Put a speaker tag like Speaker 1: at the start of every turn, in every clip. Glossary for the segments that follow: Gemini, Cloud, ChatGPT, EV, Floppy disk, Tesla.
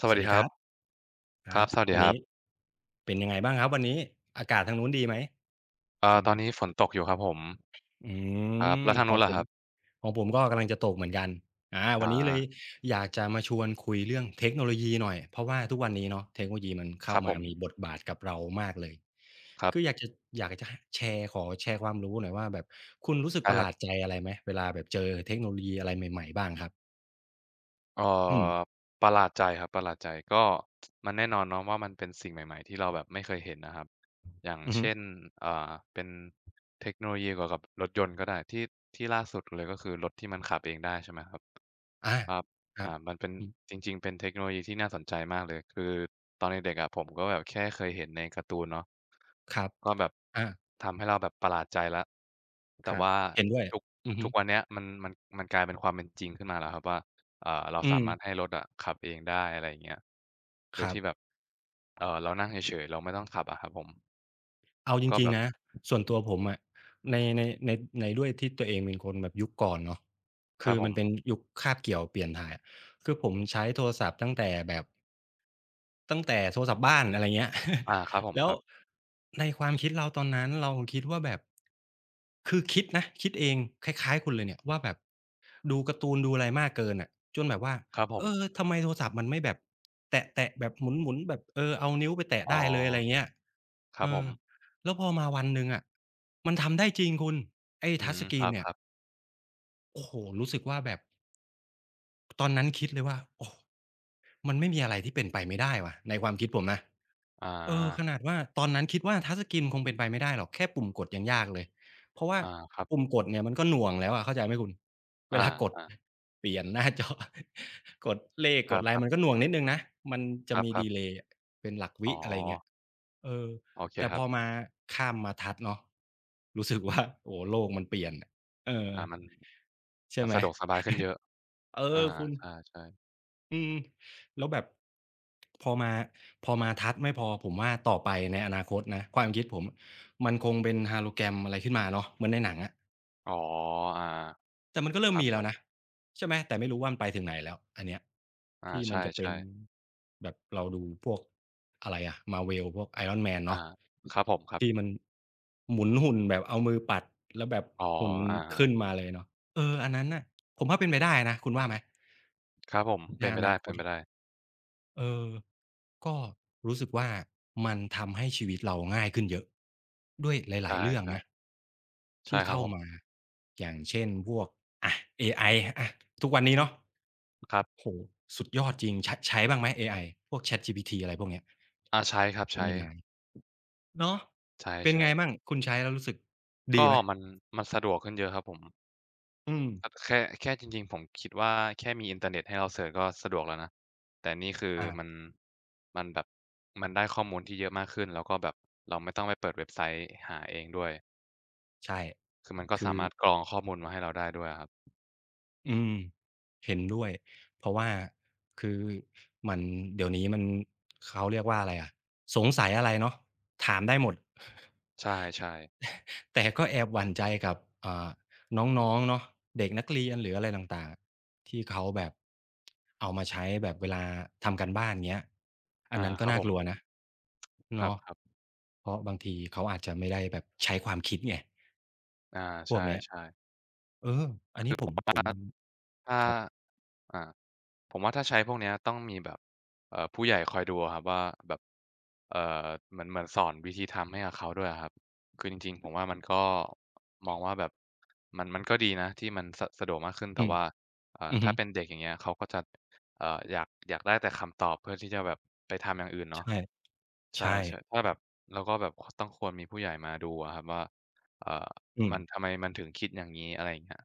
Speaker 1: ส
Speaker 2: ส
Speaker 1: วัส
Speaker 2: วัส
Speaker 1: ดี
Speaker 2: ดี
Speaker 1: ค
Speaker 2: ค
Speaker 1: รับ
Speaker 2: รับค
Speaker 1: ครั
Speaker 2: รั
Speaker 1: บ
Speaker 2: บ
Speaker 1: สวัสดี
Speaker 2: วัน
Speaker 1: ครั
Speaker 2: นี้
Speaker 1: บ
Speaker 2: เป็นยังไงบ้างครับวันนี้อากาศทางนู้นดีไหมอื
Speaker 1: ตอ
Speaker 2: อ
Speaker 1: นนี้ฝนตกอยู่ครับผม
Speaker 2: อื
Speaker 1: ครับ
Speaker 2: ม
Speaker 1: แล้วทาง
Speaker 2: ข
Speaker 1: นู้
Speaker 2: อง
Speaker 1: น
Speaker 2: ผ
Speaker 1: ล่ะค
Speaker 2: ม
Speaker 1: รับ
Speaker 2: ก็กำลังจะตกเหมือนกันอาวัน
Speaker 1: อา
Speaker 2: นี้เลยอยากจะมาชวนคุยเรื่องเทคโนโลยีหน่อยเพราะว่าทุกวันนี้เนาะเทคโนโลยีมัน
Speaker 1: ค
Speaker 2: เข้า
Speaker 1: รับผ
Speaker 2: มา
Speaker 1: ม
Speaker 2: มีบทบาทกับเรามากเลย
Speaker 1: ครับ
Speaker 2: คืออยากจะหแชร์ขอแชร์ความรู้หน่อยว่าแบบคุณรู้สึก
Speaker 1: ใช่
Speaker 2: ประ
Speaker 1: ค
Speaker 2: ห
Speaker 1: รับ
Speaker 2: ลาดใจอะไรไหมเวลาแบบเจอเทคโนโลยีอะไรใหม่ๆบ้างครับ
Speaker 1: เอ่
Speaker 2: อืม
Speaker 1: อประหลาดใจครับประหลาดใจก็มันแน่นอนเนาะว่ามันเป็นสิ่งใหม่ๆที่เราแบบไม่เคยเห็นนะครับอย่าง
Speaker 2: อือฮึ
Speaker 1: เช่นอ่าเป็นเทคโนโลยีเกี่ยวกับรถยนต์ก็ได้ที่ที่ล่าสุดเลยก็คือรถที่มันขับเองได้ใช่ไหมครับ
Speaker 2: อา
Speaker 1: ครับ
Speaker 2: ครับ
Speaker 1: มันเป็น
Speaker 2: อืม
Speaker 1: จริงๆเป็นเทคโนโลยีที่น่าสนใจมากเลยคือตอนเด็กๆอะผมก็แบบแค่เคยเห็นในการ์ตูนเนาะ
Speaker 2: ครับ
Speaker 1: ก็แบบ
Speaker 2: อา
Speaker 1: ทำให้เราแบบประหลาดใจแล้ว
Speaker 2: ค
Speaker 1: แต่
Speaker 2: รับ
Speaker 1: ว่า
Speaker 2: เห็นด้วย
Speaker 1: ทุก
Speaker 2: อือฮึ
Speaker 1: ทุกวันเนี้ยมันมันกลายเป็นความเป็นจริงขึ้นมาแล้วครับว่า เรา
Speaker 2: อื
Speaker 1: สา
Speaker 2: ม
Speaker 1: มารถให้รถอะขับเองได้อะไรอย่างเงี้ยโด
Speaker 2: ค
Speaker 1: ย
Speaker 2: รับ
Speaker 1: ที่แบบเรานั่งเฉยๆเราไม่ต้องขับอะครับผม
Speaker 2: เอาจ
Speaker 1: ก็
Speaker 2: ริ
Speaker 1: แบ
Speaker 2: ง
Speaker 1: บ
Speaker 2: ๆนะ ส่วนตัวผมอะในในด้วยที่ตัวเองเป็นคนแบบยุคก่อนเนาะ
Speaker 1: ครั
Speaker 2: คื
Speaker 1: บ
Speaker 2: อ
Speaker 1: ผ
Speaker 2: มั
Speaker 1: ม
Speaker 2: นเป็นยุคคาบเกี่ยวเปลี่ยนถ่าย คือผมใช้โทรศัพท์ตั้งแต่แบบ ตั้งแต่โทรศัพท์บ้านอะไรเงี้ย
Speaker 1: อาครับผ ม
Speaker 2: แล้
Speaker 1: ค
Speaker 2: ว
Speaker 1: รับ
Speaker 2: ในความคิดเราตอนนั้นเราคิดว่าแบบคือคิดนะคิดเองคล้ายๆคุณเลยเนี่ยว่าแบบดูการ์ตูนดูอะไรมากเกินอ่ะจนแบบว่า
Speaker 1: ครับผ
Speaker 2: เอ
Speaker 1: ม
Speaker 2: อทำไมโทรศัพท์มันไม่แบบแตะๆแบบหมุนๆแบบเออเอานิ้วไปแตะ
Speaker 1: อ๋อ
Speaker 2: ได้เลยอะไรเงี้ย
Speaker 1: ครั
Speaker 2: เอ
Speaker 1: บผ
Speaker 2: อ
Speaker 1: ม
Speaker 2: แล้วพอมาวันหนึ่งอะมันทำได้จริงคุณไอ้
Speaker 1: อื
Speaker 2: ทัช
Speaker 1: ม
Speaker 2: สก
Speaker 1: ค
Speaker 2: รี
Speaker 1: ร
Speaker 2: นเนี่ย
Speaker 1: ับๆ
Speaker 2: โอ้โหรู้สึกว่าแบบตอนนั้นคิดเลยว่าโอ้มันไม่มีอะไรที่เป็นไปไม่ได้ว่ะในความคิดผมนะ
Speaker 1: อา
Speaker 2: เออขนาดว่าตอนนั้นคิดว่าทัชสกรีนคงเป็นไปไม่ได้หรอกแค่ปุ่มกดยังยากเลยเพราะว่า
Speaker 1: อาครับ
Speaker 2: ปุ่มกดเนี่ยมันก็หน่วงแล้วอะเข้าใจไหมคุณ
Speaker 1: อ
Speaker 2: เวลากด
Speaker 1: า
Speaker 2: เปลี่ยนหน้าจอ กดเลข
Speaker 1: ๆค
Speaker 2: ก
Speaker 1: รั
Speaker 2: ดอะไรมัน
Speaker 1: บ
Speaker 2: ก็หน่วงนิดหนึ่งนะมัน
Speaker 1: ๆค
Speaker 2: จะมี
Speaker 1: รับ
Speaker 2: ดีเล
Speaker 1: ๆ
Speaker 2: ย์อะเป็นหลักวิ
Speaker 1: อ๋อ
Speaker 2: อะไรอย่างเงี้ยเออ
Speaker 1: โอเค
Speaker 2: แต่
Speaker 1: ค
Speaker 2: พ
Speaker 1: รับ
Speaker 2: อมาข้ามมาทัชเนาะรู้สึกว่าโอ้โฮโลกมันเปลี่ยนอะเออ
Speaker 1: อามัน
Speaker 2: ใช่
Speaker 1: มัน
Speaker 2: ไหม
Speaker 1: สะดวกสบายขึ้นเยอะ
Speaker 2: เอ
Speaker 1: อา
Speaker 2: อคุณ
Speaker 1: ใช่ๆ
Speaker 2: อืมแล้วแบบพอมาทัดไม่พอผมว่าต่อไปในอนาคตนะความคิดผมมันคงเป็น hologram อะไรขึ้นมาเนาะเหมือนในหนังอะ
Speaker 1: อ๋ออา
Speaker 2: แต่มันก็เริ่
Speaker 1: ค
Speaker 2: มมีแล้
Speaker 1: รั
Speaker 2: ว
Speaker 1: บ
Speaker 2: นะ
Speaker 1: ๆ
Speaker 2: ใช่ไหมแต่ไม่รู้ว่ามันไปถึงไหนแล้วอันเนี้ย
Speaker 1: อา
Speaker 2: ที่
Speaker 1: ใช
Speaker 2: มันจะเป็น
Speaker 1: ่ๆ
Speaker 2: แบบเราดูพวกอะไรอะ Marvel พวก Iron Man
Speaker 1: อา
Speaker 2: เนาะ
Speaker 1: ครับผมครับ
Speaker 2: ที่มันหมุนหุ่นแบบเอามือปัดแล้วแบบ
Speaker 1: อ๋อ
Speaker 2: หุ่นมั
Speaker 1: อา
Speaker 2: นขึ้น
Speaker 1: ๆ
Speaker 2: มาเลยเนาะเอออันนั้นน่ะผมว่าเป็นไปได้นะคุณว่าไหม
Speaker 1: ครับผม
Speaker 2: ใน
Speaker 1: เป็นไป
Speaker 2: อ
Speaker 1: ไ
Speaker 2: นาคต
Speaker 1: ด้ๆ
Speaker 2: เออ ก็รู้สึกว่ามันทำให้ชีวิตเราง่ายขึ้นเยอะด้วยหลายๆเรื่อง
Speaker 1: ใช่
Speaker 2: นะ
Speaker 1: ๆใช่
Speaker 2: ที่
Speaker 1: ครับ
Speaker 2: เข้า
Speaker 1: ผม
Speaker 2: มาอย่างเช่นพวกอะเอไออะทุกวันนี้เนาะ
Speaker 1: ครั
Speaker 2: โอ้
Speaker 1: บ
Speaker 2: โฮสุดยอดจริงใช้บ้างไหมเอไอพวก ChatGPT อะไรพวกเนี้ย
Speaker 1: อาใช้ครับใช้
Speaker 2: Gemini เนาะ
Speaker 1: ใ
Speaker 2: เป็น
Speaker 1: ช้
Speaker 2: ไง
Speaker 1: ๆ
Speaker 2: มั่งคุณใช้แล้วรู้สึกดี
Speaker 1: ก็
Speaker 2: ไหม
Speaker 1: มันมันสะดวกขึ้นเยอะครับผม
Speaker 2: อืม
Speaker 1: ครับแค่แค่จริงๆผมคิดว่าแค่มีอินเทอร์เน็ตให้เราเสิร์ชก็สะดวกแล้วนะแต่นี่คือมั
Speaker 2: อา
Speaker 1: นมันแบบมันได้ข้อมูลที่เยอะมากขึ้นแล้วก็แบบเราไม่ต้องไปเปิดเว็บไซต์หาเองด้วย
Speaker 2: ใช่
Speaker 1: คือมันก็
Speaker 2: คื
Speaker 1: สา
Speaker 2: อ
Speaker 1: มารถกรองข้อมูลมาให้เราได้ด้วยอะครับ
Speaker 2: อืม เห็นด้วยเพราะว่าคือมันเดี๋ยวนี้มันเขาเรียกว่าอะไรอะสงสัยอะไรเนาะถามได้หมด
Speaker 1: ใช่ๆ
Speaker 2: แต่ก็แอบหวั่นใจกับอ่าน้องๆเนาะเด็กนักเรียนหรืออะไรต่างๆที่เขาแบบเอามาใช้แบบเวลาทำการบ้านเงี้ยอัน
Speaker 1: อา
Speaker 2: นั้น
Speaker 1: ค
Speaker 2: ก็
Speaker 1: รับ
Speaker 2: น่า
Speaker 1: ผ
Speaker 2: ก
Speaker 1: ม
Speaker 2: ลัวนะ
Speaker 1: ค
Speaker 2: เนาะ
Speaker 1: รับ
Speaker 2: เพราะบางทีเขาอาจจะไม่ได้แบบใช้ความคิดไง
Speaker 1: ๆอา
Speaker 2: พวกเนี้ย
Speaker 1: ใช่ๆ
Speaker 2: เอออันนี้ผม
Speaker 1: ถ้า
Speaker 2: ครับ
Speaker 1: อา ผมว่าถ้าใช้พวกเนี้ยต้องมีแบบผู้ใหญ่คอยดูอะครับว่าแบบเอ่อเหมือนสอนวิธีทำให้กับเขาด้วยอะครับคือจริงๆผมว่ามันก็มองว่าแบบมันก็ดีนะที่มันสะสะดวกมากขึ้น
Speaker 2: อื
Speaker 1: แต่
Speaker 2: ม
Speaker 1: ว่า
Speaker 2: อือฮึ
Speaker 1: ถ้าเป็นเด็กอย่างเงี้ยเขาก็จะเอ่ออยากได้แต่คำตอบเพื่อที่จะแบบไปทำอย่างอื่นเนาะ
Speaker 2: ใช่
Speaker 1: ใช่
Speaker 2: ใช่
Speaker 1: ๆถ้าแบบแล้วก็แบบคต้องควรมีผู้ใหญ่มาดูอะครับว่าเอ่อ
Speaker 2: อืม
Speaker 1: มันทำไมมันถึงคิดอย่างงี้อะไรอย่างเงี้ย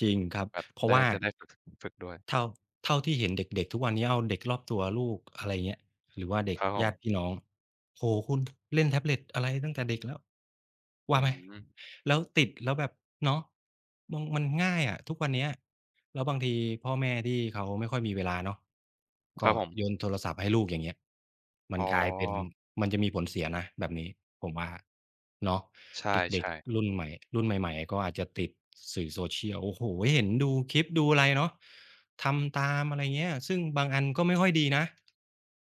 Speaker 2: จริงครับ
Speaker 1: แบบ
Speaker 2: เพราะ
Speaker 1: ได้
Speaker 2: ว่า
Speaker 1: จะได้ฝึกฝึกด้วย
Speaker 2: เท่าที่เห็นเด็กๆทุกวันนี้เอาเด็กรอบตัวลูกอะไรเงี้ยหรือว่าเด็
Speaker 1: ค
Speaker 2: ก
Speaker 1: รับผ
Speaker 2: ญาติพี่
Speaker 1: ม
Speaker 2: น้องโอ้โฮคุณเล่นแท็บเล็ตอะไรตั้งแต่เด็กแล้ว
Speaker 1: อื
Speaker 2: ว่าไหม
Speaker 1: ม
Speaker 2: แล้วติดแล้วแบบเนาะมองมันง่ายอะทุกวันเนี้ย แล้วบางทีพ่อแม่ที่เขาไม่ค่อยมีเวลาเนาะ
Speaker 1: ครั
Speaker 2: ก็
Speaker 1: บผม
Speaker 2: โยนโทรศัพท์ให้ลูกอย่างเงี้ยมั
Speaker 1: อ๋อ
Speaker 2: นกลายเป็นมันจะมีผลเสียนะแบบนี้ผมว่าเนาะ
Speaker 1: ใช
Speaker 2: เด็ก
Speaker 1: ่
Speaker 2: ๆ
Speaker 1: ๆ
Speaker 2: รุ่นใหม่รุ่นใหม่ๆก็อาจจะติดสื่อ Social โอ้โฮเห็นดูคลิปดูอะไรเนาะทำตามอะไรเงี้ยซึ่งบางอันก็ไม่ค่อยดีนะ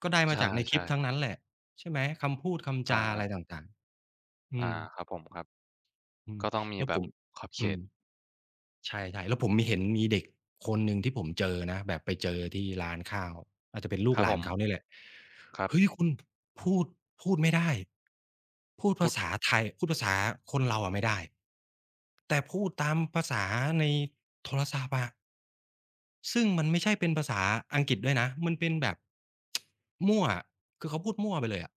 Speaker 2: ก็ได้มา
Speaker 1: ใช่
Speaker 2: จากในคลิ
Speaker 1: ใช่
Speaker 2: ปทั้งนั้นแหละใช่ไหมคำพูด
Speaker 1: ๆ
Speaker 2: คำ
Speaker 1: อ
Speaker 2: จาอะไร
Speaker 1: า
Speaker 2: ต่างๆ
Speaker 1: ๆ
Speaker 2: อื
Speaker 1: อา
Speaker 2: ม
Speaker 1: ครับผมครับก็ต้อง
Speaker 2: ๆ
Speaker 1: มี
Speaker 2: แล้ว
Speaker 1: แบ
Speaker 2: ผ
Speaker 1: บ
Speaker 2: ม
Speaker 1: ขอบเข
Speaker 2: อืม
Speaker 1: ต
Speaker 2: ใช่ๆแล้วผมมีเห็นมีเด็กคนหนึ่งที่ผมเจอนะแบบไปเจอที่ร้านข้าวอาจจะเป็นลู
Speaker 1: ค
Speaker 2: ก
Speaker 1: รับ
Speaker 2: ห
Speaker 1: ผ
Speaker 2: ลาน
Speaker 1: ม
Speaker 2: เขาเนี่ยแหละ
Speaker 1: ครั
Speaker 2: เฮ้ย
Speaker 1: บ
Speaker 2: คุณพูดไม่ได้พูด
Speaker 1: พู
Speaker 2: ภา
Speaker 1: ด
Speaker 2: ษาไทยพูดภาษาคนเราอะไม่ได้แต่พูดตามภาษาในโทรศัพท์อะซึ่งมันไม่ใช่เป็นภาษาอังกฤษด้วยนะมันเป็นแบบมั่วอะคือเขาพูดมั่วไปเลยอะ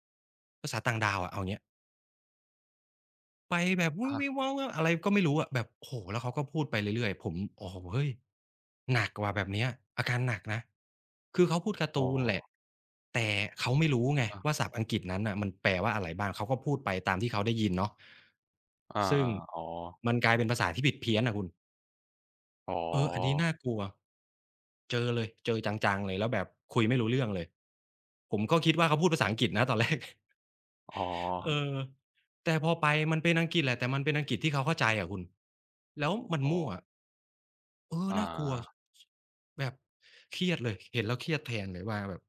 Speaker 2: ภาษาต่างดาวอะเอางเี้ย ไปแบบวง
Speaker 1: ฮะ
Speaker 2: วิ่งว้าวว้าวอะไรก็ไม่รู้อะแบบโอ้โฮแล้วเขาก็พูดไปเรื่อยๆผมโอ้โฮเฮ้ยหนักว่ะแบบเนี้ยอาการหนักนะคือเขาพูดการ์
Speaker 1: อ๋อ
Speaker 2: ตูนแหละแต่เขาไม่รู้ไง
Speaker 1: อา
Speaker 2: ว่าศัพท์อังกฤษนั้นน่ะมันแปลว่าอะไรบ้างเขาก็พูดไปตามที่เขาได้ยินเนาะ
Speaker 1: อา
Speaker 2: ซึ่ง
Speaker 1: ๆอ๋อ
Speaker 2: มันกลายเป็นภาษาที่ผิดเพี้ยนอะคุณ
Speaker 1: อ๋อ
Speaker 2: เอออันนี้น่ากลัวเจอเลยเจอจังๆเลยแล้วแบบคุยไม่รู้เรื่องเลยผมก็คิดว่าเขาพูดภาษาอังกฤษนะตอนแรก
Speaker 1: อ๋อ
Speaker 2: เออแต่พอไปมันเป็นอังกฤษแหละแต่มันเป็นอังกฤษที่เขาเข้าใจอะคุณแล้วมัน
Speaker 1: อ๋อ
Speaker 2: มั่วเออ
Speaker 1: อา
Speaker 2: น่ากลัวแบบเครียดเลยเห็นแล้วเครียดแทนเลยว่าแบบ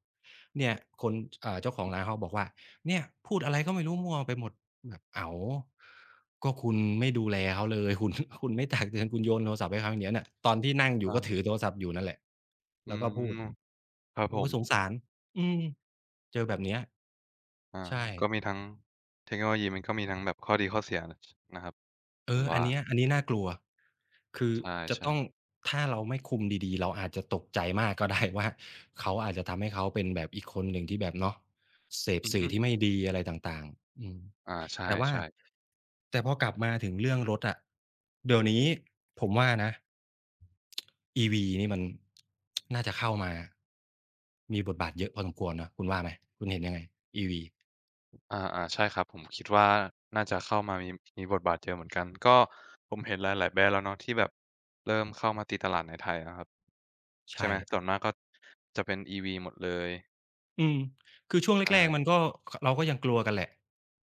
Speaker 2: เนี่ยคนอ่าเจ้าของร้านเขาบอกว่าเนี่ยพูดอะไรก็ไม่รู้มั่วไปหมดแบบอ้าวก็คุณไม่ดูแลเขาเลยคุณ คุณไม่ตักเตือนคุณโยนโทรศัพท์ให้เขาอย่างเงี้ยน่ะตอนที่นั่งอยู่
Speaker 1: อา
Speaker 2: ก็ถือโทรศัพท์อยู่นั่นแหละ
Speaker 1: อื
Speaker 2: แล้วก็พูด
Speaker 1: มครับผ
Speaker 2: โอ้โฮ
Speaker 1: ม
Speaker 2: สงสารอืมเจอแบบเนี้ย
Speaker 1: อา
Speaker 2: ใช่
Speaker 1: ก็มีทั้งเทคโนโลยีมันก็มีทั้งแบบข้อดีข้อเสียชนะครับ
Speaker 2: เอ
Speaker 1: ผม
Speaker 2: ออั
Speaker 1: ว่า
Speaker 2: นเนี้ยอันนี้น่ากลัว คือ
Speaker 1: ใ
Speaker 2: จะ
Speaker 1: ช่
Speaker 2: ต้อง
Speaker 1: ๆ
Speaker 2: ถ้าเราไม่คุมดีๆ เราอาจจะตกใจมากก็ได้ ว่า เขาอาจจะทำให้เขาเป็นแบบอีกคนหนึ่งที่แบบเนาะเสพ
Speaker 1: อือ
Speaker 2: สื่
Speaker 1: ฮึ
Speaker 2: อที่ไม่ดีอะไรต่างๆอืม
Speaker 1: อาใช
Speaker 2: แต่ว่า
Speaker 1: ่ๆ
Speaker 2: แต่พอกลับมาถึงเรื่องรถอะเดี๋ยวนี้ผมว่านะ EV นี่มันน่าจะเข้ามามีบทบาทเยอะพอสมควรเนาะคุณว่าไหม คุณเห็นยังไง EV
Speaker 1: อาๆใช่ครับผมคิดว่าน่าจะเข้ามามีมีบทบาทเยอะเหมือนกันก็ผมเห็นหลายๆแบรนด์แล้วเนาะที่แบบเริ่มเข้ามาตีตลาดในไทยนะครับใช่
Speaker 2: ใช่
Speaker 1: ไหมส่วนมากก็จะเป็น EV หมดเลย
Speaker 2: อืมคือช่วง
Speaker 1: ใช
Speaker 2: แรกๆมัน
Speaker 1: ่
Speaker 2: ก็ขเราก็ยังกลัวกันแหละ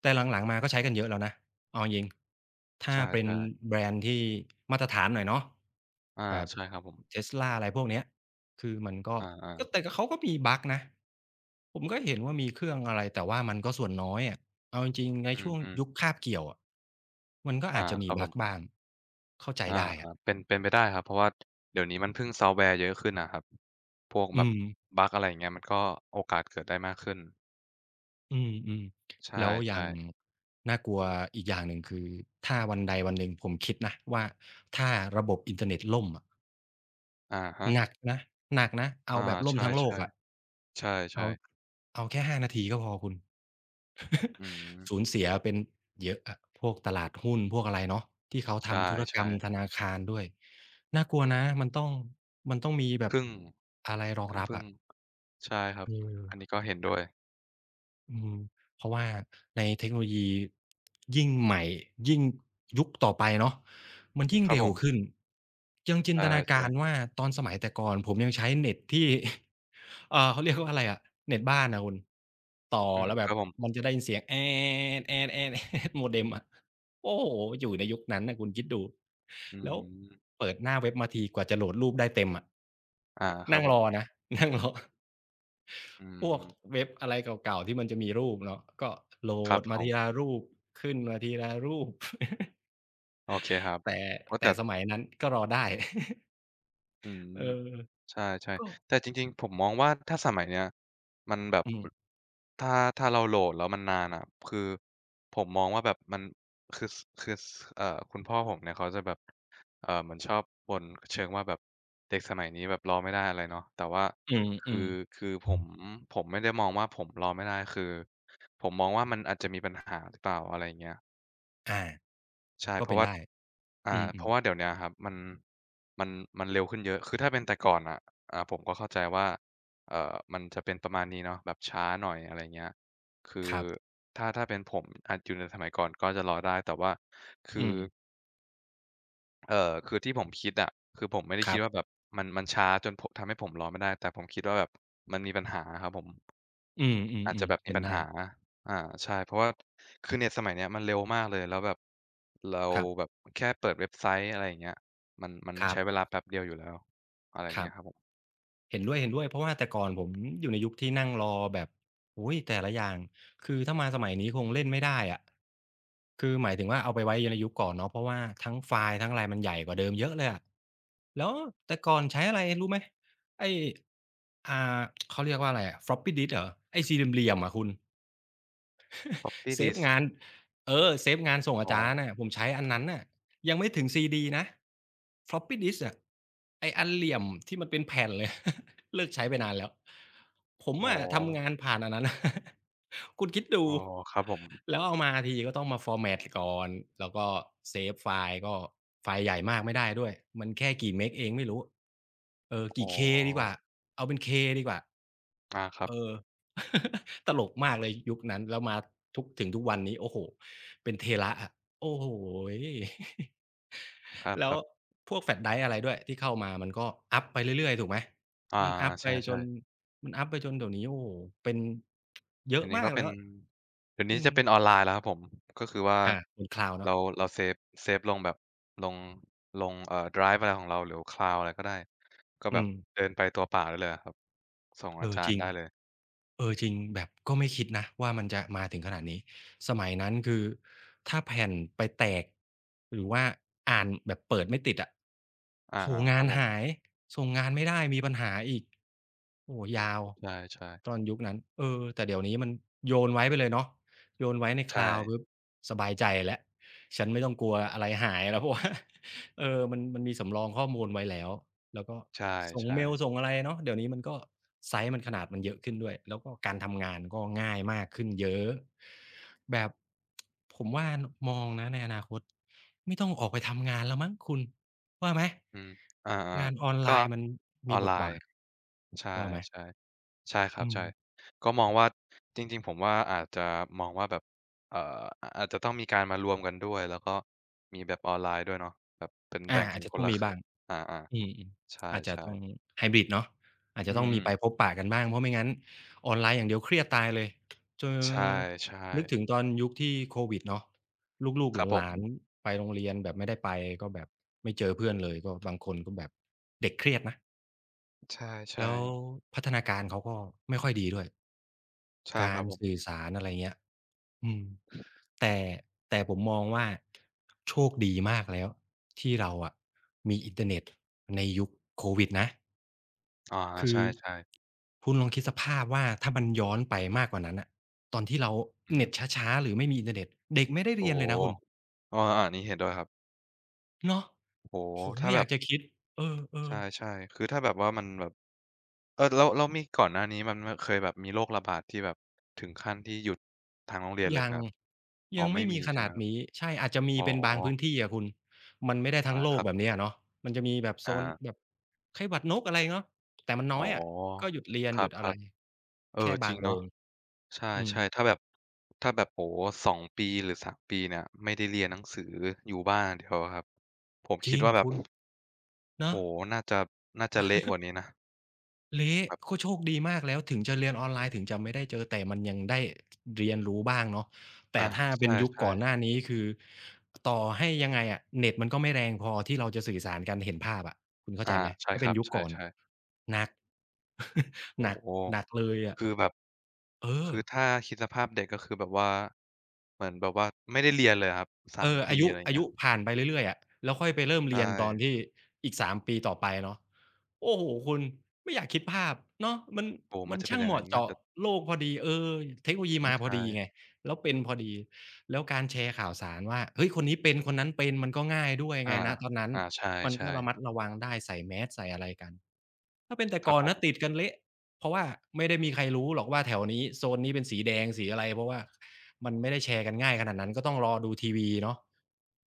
Speaker 2: แต่หลังๆมาก็ใช้กันเยอะแล้วนะเอาจริงๆถ้า
Speaker 1: ใช
Speaker 2: เป็น
Speaker 1: ่ๆ
Speaker 2: แบรนด์ที่มาตรฐานหน่อยเนาะ
Speaker 1: อา
Speaker 2: แบบ
Speaker 1: ใช่ครับผม
Speaker 2: Tesla อะไรพวกเนี้ยคือมันก็
Speaker 1: อาๆ
Speaker 2: แต่เขาก็มีบักนะ ผมก็เห็นว่ามีเครื่องอะไรแต่ว่ามันก็ส่วนน้อยอะเอาจริงๆใน
Speaker 1: อื
Speaker 2: ช่วงยุค
Speaker 1: ม
Speaker 2: คาบเกี่ยวอะมันก็
Speaker 1: ๆ
Speaker 2: อา
Speaker 1: อา
Speaker 2: จจะ
Speaker 1: ค
Speaker 2: มี
Speaker 1: รับผ
Speaker 2: บัก
Speaker 1: ม
Speaker 2: บ้าง เข้าใจ
Speaker 1: อา
Speaker 2: ได้อะ
Speaker 1: ๆเป็นเป็นไปได้ครับเพราะว่าเดี๋ยวนี้มันพึ่งซอฟต์แวร์เยอะขึ้นอะครับพวก
Speaker 2: อื
Speaker 1: แบบ
Speaker 2: ม
Speaker 1: บั๊กอะไรอย่างเงี้ยมันก็โอกาสเกิดได้มากขึ้น
Speaker 2: อืมอืม
Speaker 1: ใช
Speaker 2: แล้วอย่า
Speaker 1: ่
Speaker 2: ง
Speaker 1: ๆ
Speaker 2: น่ากลัวอีกอย่างหนึ่งคือถ้าวันใดวันหนึ่งผมคิดนะว่าถ้าระบบอินเทอร์เน็ตล่มอะ
Speaker 1: อะฮะ
Speaker 2: หนักนะหนักนะเอา
Speaker 1: อา
Speaker 2: แบบล่ม
Speaker 1: ใช่
Speaker 2: ทั้งโลกอะ
Speaker 1: ๆใช
Speaker 2: เอา
Speaker 1: ่ๆ
Speaker 2: เอาแค่5นาทีก็พอคุณ
Speaker 1: อืม
Speaker 2: สูญเสียเป็นเยอะอะพวกตลาดหุ้นพวกอะไรเนาะที่เขา
Speaker 1: ใช
Speaker 2: ทำธุรกร
Speaker 1: ่
Speaker 2: รมธ
Speaker 1: ๆ
Speaker 2: นาคารด้วยน่ากลัวนะมันต้องมีแบบ
Speaker 1: พึ่ง
Speaker 2: อะไรรอง
Speaker 1: ต้อง
Speaker 2: รับ
Speaker 1: พึ่ง
Speaker 2: อะ
Speaker 1: ใช่ครับ
Speaker 2: เออ
Speaker 1: อันนี้ก็เห็นด้วย
Speaker 2: อืมเพราะว่าในเทคโนโลยียิ่งใหม่ยิ่งยุคต่อไปเนาะมันยิ่ง
Speaker 1: ครับ
Speaker 2: เร็
Speaker 1: ผ
Speaker 2: วขึ้
Speaker 1: ม
Speaker 2: นยังจิน
Speaker 1: ใช
Speaker 2: ตนากา
Speaker 1: ่
Speaker 2: รว่า
Speaker 1: ๆ
Speaker 2: ตอนสมัยแต่ก่อนผมยังใช้เน็ตที่ เขาเรียกว่าอะไรอะเน็ตบ้านอะคุณต่อ
Speaker 1: อืม
Speaker 2: แล้วแบ
Speaker 1: ครั
Speaker 2: บ
Speaker 1: บผม
Speaker 2: มันจะได้ยินเสียงโมเด็มอะโอ้โฮอยู่ในยุคนั้นน่ะคุณคิดดู
Speaker 1: อื
Speaker 2: แล้ว
Speaker 1: ม
Speaker 2: เปิดหน้าเว็บมาทีกว่าจะโหลดรูปได้เต็มอะ
Speaker 1: อาครั
Speaker 2: นั่
Speaker 1: บ
Speaker 2: ง
Speaker 1: ผ
Speaker 2: รอ
Speaker 1: ม
Speaker 2: นะ นั่งรอ
Speaker 1: อื
Speaker 2: พวก
Speaker 1: ม
Speaker 2: เว็บอะไรเก่าๆที่มันจะมีรูปเนาะก็โหล
Speaker 1: ครับ
Speaker 2: ด
Speaker 1: ผ
Speaker 2: มาที
Speaker 1: ม
Speaker 2: ละรูปขึ้นมาทีละรูป
Speaker 1: โอเคครับ
Speaker 2: แต่
Speaker 1: โอ้
Speaker 2: แต่
Speaker 1: แต่
Speaker 2: สมัยนั้นก็รอได้
Speaker 1: อืม
Speaker 2: เออ
Speaker 1: ใช่
Speaker 2: ก็
Speaker 1: ๆแต่จริงๆผมมองว่าถ้าสมัยเนี้ยมันแบบ
Speaker 2: อืม
Speaker 1: ถ้าถ้าเราโหลดแล้วมันนานอะคือผมมองว่าแบบมันคือสคือสเอ่อคุณพ่อผมเนี่ยเขาจะแบบเหมือนชอบบ่นเชิงว่าแบบเด็กสมัยนี้แบบรอไม่ได้อะไรเนาะแต่ว่า
Speaker 2: อ
Speaker 1: คื
Speaker 2: ื
Speaker 1: อ
Speaker 2: มๆ
Speaker 1: คือผมไม่ได้มองว่าผมรอไม่ได้คือผมมองว่ามันอาจจะมีปัญหาหรือเปล่าอะไรอย่างเงี้ย
Speaker 2: อา
Speaker 1: ใช่
Speaker 2: ก็
Speaker 1: เพ
Speaker 2: เป็
Speaker 1: ราะ
Speaker 2: น
Speaker 1: ว่า
Speaker 2: ได้อื
Speaker 1: เพ
Speaker 2: ม
Speaker 1: ราะว่าเดี๋ยวเนี้ยครับมันมันมันเร็วขึ้นเยอะคือถ้าเป็นแต่ก่อนอะผมก็เข้าใจว่าเอ่อมันจะเป็นประมาณนี้เนาะแบบช้าหน่อยอะไรเงี้ยคื
Speaker 2: ๆค
Speaker 1: อ
Speaker 2: รับ
Speaker 1: ถ้าถ้าเป็นผมอาจอยู่ในสมัยก่อนก็จะรอได้แต่ว่าคื
Speaker 2: อื
Speaker 1: อ
Speaker 2: ม
Speaker 1: คือที่ผมคิดอะคือผมไม่ได้
Speaker 2: ค
Speaker 1: คิ
Speaker 2: รั
Speaker 1: ดว่าแบบ
Speaker 2: บ
Speaker 1: มันมันช้าจนผทำให้ผมรอไม่ได้แต่ผมคิดว่าแบบมันมีปัญหาอะครับผม
Speaker 2: อื
Speaker 1: อาจจะ
Speaker 2: ม
Speaker 1: แบ
Speaker 2: ๆ
Speaker 1: บ
Speaker 2: ๆ
Speaker 1: มี
Speaker 2: เป็น
Speaker 1: ปัญ
Speaker 2: ได้
Speaker 1: หา อ่าใช่ เพราะว่า คือเน็ตสมัยเนี้ยมันเร็วมากเลยแล้วแบบ เรา
Speaker 2: ครั
Speaker 1: แบ
Speaker 2: บ
Speaker 1: บแค่เปิดเว็บไซต์อะไรอย่างเงี้ยมันมัน
Speaker 2: ครับ
Speaker 1: ใช้เวลาแป๊บเดียวอยู่แล้ว อะไรอย่า
Speaker 2: ค
Speaker 1: ง
Speaker 2: รั
Speaker 1: เงี้ยครับ
Speaker 2: บ
Speaker 1: ผม
Speaker 2: เห็นด้วยๆเพราะว่าแต่ก่อนผมอยู่ในยุคที่นั่งรอแบบโอ้โฮแต่ละอย่างคือถ้ามาสมัยนี้คงเล่นไม่ได้อะ คือหมายถึงว่าเอาไปไว้ในยุคก่อนเนาะเพราะว่าทั้งไฟล์ทั้งอะไรมันใหญ่กว่าเดิมเยอะเลยอะแล้วแต่ก่อนใช้อะไรรู้ไหมไอ้อ่าเขาเรียกว่าอะไรอะ Floppy disk เหรอไอ้สี่เหลี่ยมๆอะคุณ
Speaker 1: Floppy
Speaker 2: เซฟ
Speaker 1: disk
Speaker 2: งานเออเซฟงานส่งอา
Speaker 1: อ๋อ
Speaker 2: จารย์น่ะผมใช้อันนั้นน่ะยังไม่ถึงซีดีนะ Floppy disk อะไอ้อันเหลี่ยมที่มันเป็นแผ่นเลย เลิกใช้ไปนานแล้วผม
Speaker 1: อ๋อ
Speaker 2: อะทำงานผ่านอันนั้น คุณคิดดู
Speaker 1: อ๋อครับผม
Speaker 2: แล้วเอามาทีก็ต้องมา format ก่อนแล้วก็เซฟไฟล์ก็ไฟล์ใหญ่มากไม่ได้ด้วยมันแค่กี่เมกเองไม่รู้เออ
Speaker 1: อ๋อ
Speaker 2: กี่เคดีกว่าเอาเป็นเคดีกว่า
Speaker 1: อาครับ
Speaker 2: เออ ตลกมากเลยยุคนั้นแล้วมาถึงทุกวันนี้โอ้โหเป็นเทระอะโอ้โห แล้
Speaker 1: ค
Speaker 2: ว
Speaker 1: รับ
Speaker 2: พวกแฟลชไดรฟ์อะไรด้วยที่เข้ามามันก็อัพไปเรื่อยๆถูกไหม
Speaker 1: ๆอา
Speaker 2: มันอัพไปจ
Speaker 1: ใช่
Speaker 2: น
Speaker 1: ๆ
Speaker 2: มันอัพไปจนเดี๋ยวนี้โอ้โหเป็นเย
Speaker 1: เดี๋
Speaker 2: อะ
Speaker 1: ยวนี้
Speaker 2: มา
Speaker 1: ก็
Speaker 2: ก
Speaker 1: เป็
Speaker 2: แล้
Speaker 1: น
Speaker 2: ว
Speaker 1: เดี๋ยว
Speaker 2: อื
Speaker 1: นี้จะเป็นอ
Speaker 2: ม
Speaker 1: อนไลน์แล้วครับผม ก็คือว่า
Speaker 2: อาบนคลาวเนาะ
Speaker 1: เราเราเซฟเซฟลงแบบลงลงไดรฟ์อะไรของเราหรือ Cloud อะไรก็ได้ ก็แบ
Speaker 2: อื
Speaker 1: บ
Speaker 2: ม
Speaker 1: เดินไปตัวเปล่าได้เลยอะครับ ส่ง
Speaker 2: เอ
Speaker 1: อา
Speaker 2: อ
Speaker 1: จาร
Speaker 2: จริ
Speaker 1: ย์
Speaker 2: ง
Speaker 1: ได้เลย
Speaker 2: แบบก็ไม่คิดนะว่ามันจะมาถึงขนาดนี้สมัยนั้นคือถ้าแผ่นไปแตกหรือว่าอ่านแบบเปิดไม่ติดอะ
Speaker 1: อา
Speaker 2: โอ้โฮ
Speaker 1: ๆค
Speaker 2: งา
Speaker 1: รับ
Speaker 2: น
Speaker 1: ผม
Speaker 2: หายส่งงานไม่ได้มีปัญหาอีกโอ้โฮยาว
Speaker 1: ใช่
Speaker 2: ตอนยุคนั้นเออแต่เดี๋ยวนี้มันโยนไว้ไปเลยเนาะโยนไว้ใน
Speaker 1: ๆใช่
Speaker 2: Cloud ปุ๊บสบายใจแล้วฉันไม่ต้องกลัวอะไรหายแล้วเพราะว่า เออมันมีสำรองข้อมูลไว้แล้ว แล้วก็
Speaker 1: ใช
Speaker 2: ส่ง
Speaker 1: ่
Speaker 2: เมลส่ง
Speaker 1: ๆ
Speaker 2: อะไรเนาะเดี๋ยวนี้มันก็ไซซ์มันขนาดมันเยอะขึ้นด้วยแล้วก็การทำงานก็ง่ายมากขึ้นเยอะแบบผมว่านมองนะในอนาคตไม่ต้องออกไปทำงานแล้วมั้งคุณว่าไหม
Speaker 1: อืมอา
Speaker 2: งานออน
Speaker 1: ๆ
Speaker 2: ไล
Speaker 1: ก็
Speaker 2: น์มัน
Speaker 1: อ
Speaker 2: มี
Speaker 1: อน
Speaker 2: บ
Speaker 1: ไล
Speaker 2: ทบา
Speaker 1: น์
Speaker 2: ท
Speaker 1: ใช่
Speaker 2: ว่าไหม
Speaker 1: ๆ ใช่ครั
Speaker 2: อื
Speaker 1: บ
Speaker 2: ม
Speaker 1: ใช่ก็มองว่าจริงๆผมว่าอาจจะมองว่าแบบเอ่ออาอาจจะต้องมีการมารวมกันด้วยแล้วก็มีแบบออนไลน์ด้วยเนาะแบบเป็น
Speaker 2: อา
Speaker 1: แบ่งกั
Speaker 2: อาจ
Speaker 1: น
Speaker 2: จะ
Speaker 1: ค
Speaker 2: ต้
Speaker 1: น
Speaker 2: อง
Speaker 1: ละ
Speaker 2: มี
Speaker 1: ครึ่
Speaker 2: บ้าง
Speaker 1: งอา
Speaker 2: อืม
Speaker 1: ๆใช
Speaker 2: ๆอาจจะ
Speaker 1: ่
Speaker 2: ต้อง
Speaker 1: ๆ
Speaker 2: ไฮบริดเนาะอาจ
Speaker 1: อื
Speaker 2: จะต้องมีไปพ
Speaker 1: ม
Speaker 2: บปะกันบ้างเพราะไม่งั้นออนไลน์อย่างเดียวเครียดตายเลยเจอ
Speaker 1: ๆใช่
Speaker 2: นึก
Speaker 1: ๆ
Speaker 2: ถึงตอนยุคที่โควิดเนาะลูก
Speaker 1: ครับ
Speaker 2: ๆ
Speaker 1: ผ
Speaker 2: ห
Speaker 1: ม
Speaker 2: ลานๆไปโรงเรียนแบบไม่ได้ไปก็แบบไม่เจอเพื่อนเลยก็บางคนก็แบบเด็กเครียดนะ
Speaker 1: ใ
Speaker 2: แล้
Speaker 1: ช่
Speaker 2: วพัฒนาการเขาก็ไม่ค่อยดีด้วย
Speaker 1: ๆใช่ค
Speaker 2: กา
Speaker 1: รั
Speaker 2: ร
Speaker 1: บผม
Speaker 2: สื่อสารอะไรเงี้ยอืมแต่แต่ผมมองว่าโชคดีมากแล้วที่เราอะมีอินเทอร์เน็ตในยุคโควิดนะ
Speaker 1: อา
Speaker 2: คื
Speaker 1: ใช
Speaker 2: อ
Speaker 1: ่ๆ
Speaker 2: คุณลองคิดสภาพว่าถ้ามันย้อนไปมากกว่านั้นน่ะตอนที่เรา
Speaker 1: อือฮึ
Speaker 2: เน็ตช้าๆหรือไม่มีอินเทอร์เน็ตเด็กไม่ได้
Speaker 1: โอ้
Speaker 2: เรียนเลย
Speaker 1: โฮ
Speaker 2: นะคุณ
Speaker 1: เอออันนี้เห็นด้วยครับ
Speaker 2: เนาะ
Speaker 1: โอ้โฮ
Speaker 2: โอ้โฮ
Speaker 1: ถ้า
Speaker 2: ไม่อ
Speaker 1: แบ
Speaker 2: ยาก
Speaker 1: บ
Speaker 2: จะคิดเออ
Speaker 1: ใช่ๆคือถ้าแบบว่ามันแบบ เออแล้วมีก่อนหน้านี้มันมนเคยแบบมีโรคระบาดที่แบบถึงขั้นที่หยุดทางโรงเรียน
Speaker 2: ๆ
Speaker 1: เลย
Speaker 2: ยั
Speaker 1: ไหม
Speaker 2: ง
Speaker 1: ครับอ๋อ
Speaker 2: ยัง
Speaker 1: ไม่
Speaker 2: ไม่มี
Speaker 1: มี
Speaker 2: ข
Speaker 1: ใช่
Speaker 2: นา
Speaker 1: ไหม
Speaker 2: ด
Speaker 1: ครับ
Speaker 2: นี้ใช่อาจจะมี
Speaker 1: อ๋อ
Speaker 2: เป็นบางพื้นที่อะคุณมันไม่ได้ทั้
Speaker 1: อา
Speaker 2: งโล
Speaker 1: ค
Speaker 2: ก
Speaker 1: รับ
Speaker 2: แบบนี้อะเนาะมันจะมีแบบโซ
Speaker 1: อา
Speaker 2: นแบบไข้หวัดนกอะไรเนาะแต่มันน้
Speaker 1: อ๋
Speaker 2: อ
Speaker 1: อ
Speaker 2: ยอะก็หยุดเรียน
Speaker 1: ค
Speaker 2: หยุดอะ
Speaker 1: รั
Speaker 2: ไร
Speaker 1: บๆเอ
Speaker 2: แค่
Speaker 1: อจ
Speaker 2: บา
Speaker 1: ริ
Speaker 2: ง
Speaker 1: ง
Speaker 2: โร
Speaker 1: เนาะ
Speaker 2: ง
Speaker 1: ใช
Speaker 2: อืม
Speaker 1: ่ๆถ้าแบบโอ้โฮสองปีหรือสามปีเนี่ยไม่ได้เรียนหนังสืออยู่บ้านอย่างเดียวอะครับผม
Speaker 2: จ
Speaker 1: คิ
Speaker 2: ริ
Speaker 1: ด
Speaker 2: ง
Speaker 1: ว่าแบบ
Speaker 2: คุณ
Speaker 1: โอ้โฮ
Speaker 2: เนาะ
Speaker 1: น่าจะน่าจะเละกว่านี้นะ
Speaker 2: เละ
Speaker 1: แบบ
Speaker 2: ก็โชคดีมากแล้วถึงจะเรียนออนไลน์ถึงจะไม่ได้เจอแต่มันยังได้เรียนรู้บ้างเนาะแต่
Speaker 1: อา
Speaker 2: ถ้าเป็นยุค
Speaker 1: ใช่
Speaker 2: ก่อนหน้านี้คือต่อให้ยังไงอะเน็ตมันก็ไม่แรงพอที่เราจะสื่อสารกันเห็นภาพอะคุณ
Speaker 1: ๆ
Speaker 2: เข้าใจ
Speaker 1: อา
Speaker 2: ไหม
Speaker 1: ใช่
Speaker 2: ถ้า
Speaker 1: ค
Speaker 2: เป็
Speaker 1: รั
Speaker 2: น
Speaker 1: บ
Speaker 2: ยุค
Speaker 1: ใ
Speaker 2: ก่อน
Speaker 1: ช่
Speaker 2: น่ะ
Speaker 1: ๆ
Speaker 2: หนัก ห
Speaker 1: โอ้
Speaker 2: นัก
Speaker 1: โฮ
Speaker 2: หนักเลยอะ
Speaker 1: คือแบบ
Speaker 2: เออ
Speaker 1: คือถ้าคิดสภาพเด็กก็คือแบบว่าเหมือนแบบว่าไม่ได้เรียนเลยอะครับ3ปี
Speaker 2: อายุ
Speaker 1: อะไร
Speaker 2: อา
Speaker 1: เงี้
Speaker 2: ยุ
Speaker 1: ย
Speaker 2: ผ่านไปเรื่อยๆอะแล้วค่อยไปเริ่มเรีย
Speaker 1: ใช่
Speaker 2: นตอนที่อีก3ปีต่อไปเนาะโอ้โฮคุณไม่อยากคิดภาพเนาะมัน
Speaker 1: โอ้โฮมันจะเป็น
Speaker 2: ช่าง
Speaker 1: ยั
Speaker 2: เห
Speaker 1: งไง
Speaker 2: มาะ
Speaker 1: น่า
Speaker 2: เจาะ
Speaker 1: จะ
Speaker 2: โลกพอดีเออเทคโนโลยีมาพอ
Speaker 1: ใช่
Speaker 2: ดีไงแล้วเป็นพอดีแล้วการแชร์ข่าวสารว่าเฮ้ยคนนี้เป็นคนนั้นเป็นมันก็ง่ายด้วยไง
Speaker 1: อา
Speaker 2: ณตอนนั้น
Speaker 1: อา
Speaker 2: มันก็
Speaker 1: ใช่
Speaker 2: ระมัดระวังได้ใส่แมสใส่อะไรกัน ถ้าเป็นแต่
Speaker 1: ๆครับ
Speaker 2: ก่อน
Speaker 1: ผม
Speaker 2: นะติดกันเละเพราะว่าไม่ได้มีใครรู้หรอกว่าแถวนี้โซนนี้เป็นสีแดงสีอะไรเพราะว่ามันไม่ได้แชร์กันง่ายขนาดนั้นก็ต้องรอดูทีวีเนาะ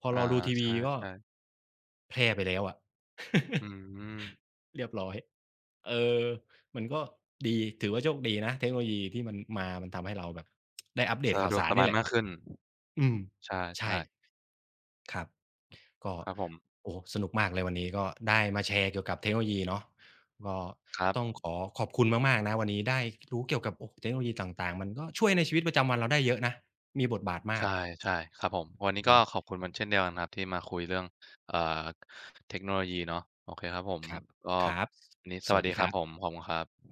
Speaker 2: พอ
Speaker 1: อา
Speaker 2: รอดูที
Speaker 1: ใช
Speaker 2: วีก็
Speaker 1: ่ๆ
Speaker 2: แพร่ไปแล้วอะ
Speaker 1: อืม
Speaker 2: เรียบร้อยเออมันก็ดีถือว่าโชคดีนะเทคโนโลยีที่มันมามันทำให้เราแบบได้อัปเดต
Speaker 1: สะ
Speaker 2: ข่า
Speaker 1: ด
Speaker 2: ว
Speaker 1: วก
Speaker 2: สา
Speaker 1: ส
Speaker 2: รนี่
Speaker 1: บาย
Speaker 2: แหละ
Speaker 1: มากขึ้น
Speaker 2: อืม
Speaker 1: ใช
Speaker 2: ใช่
Speaker 1: ่ๆ
Speaker 2: ครับก็
Speaker 1: ครับผม
Speaker 2: โอ้โฮสนุกมากเลยวันนี้ก็ได้มาแชร์เกี่ยวกับเทคโนโลยีเนาะก็
Speaker 1: ครั
Speaker 2: ต้อง
Speaker 1: บ
Speaker 2: ขอขอบคุณมากๆนะวันนี้ได้รู้เกี่ยวกับโอ้เทคโนโลยีต่างๆมันก็ช่วยในชีวิตประจำวันเราได้เยอะนะมีบทบาทมา
Speaker 1: ใช่
Speaker 2: ก
Speaker 1: ใช่ครับผมวันนี้ก็
Speaker 2: เนาะ
Speaker 1: ขอบคุณเมันเช่นเดียวกันครับที่มาคุยเรื่องเอ่อเทคโนโลยีเนาะโอเคครับผม
Speaker 2: ครับ
Speaker 1: ก็
Speaker 2: ครับ
Speaker 1: วันนี้ส
Speaker 2: ส
Speaker 1: วั
Speaker 2: วั
Speaker 1: ส
Speaker 2: ส
Speaker 1: ดี
Speaker 2: ดี
Speaker 1: ค
Speaker 2: ค
Speaker 1: รับ
Speaker 2: รั
Speaker 1: ผม
Speaker 2: บ
Speaker 1: ขอบคุณครับ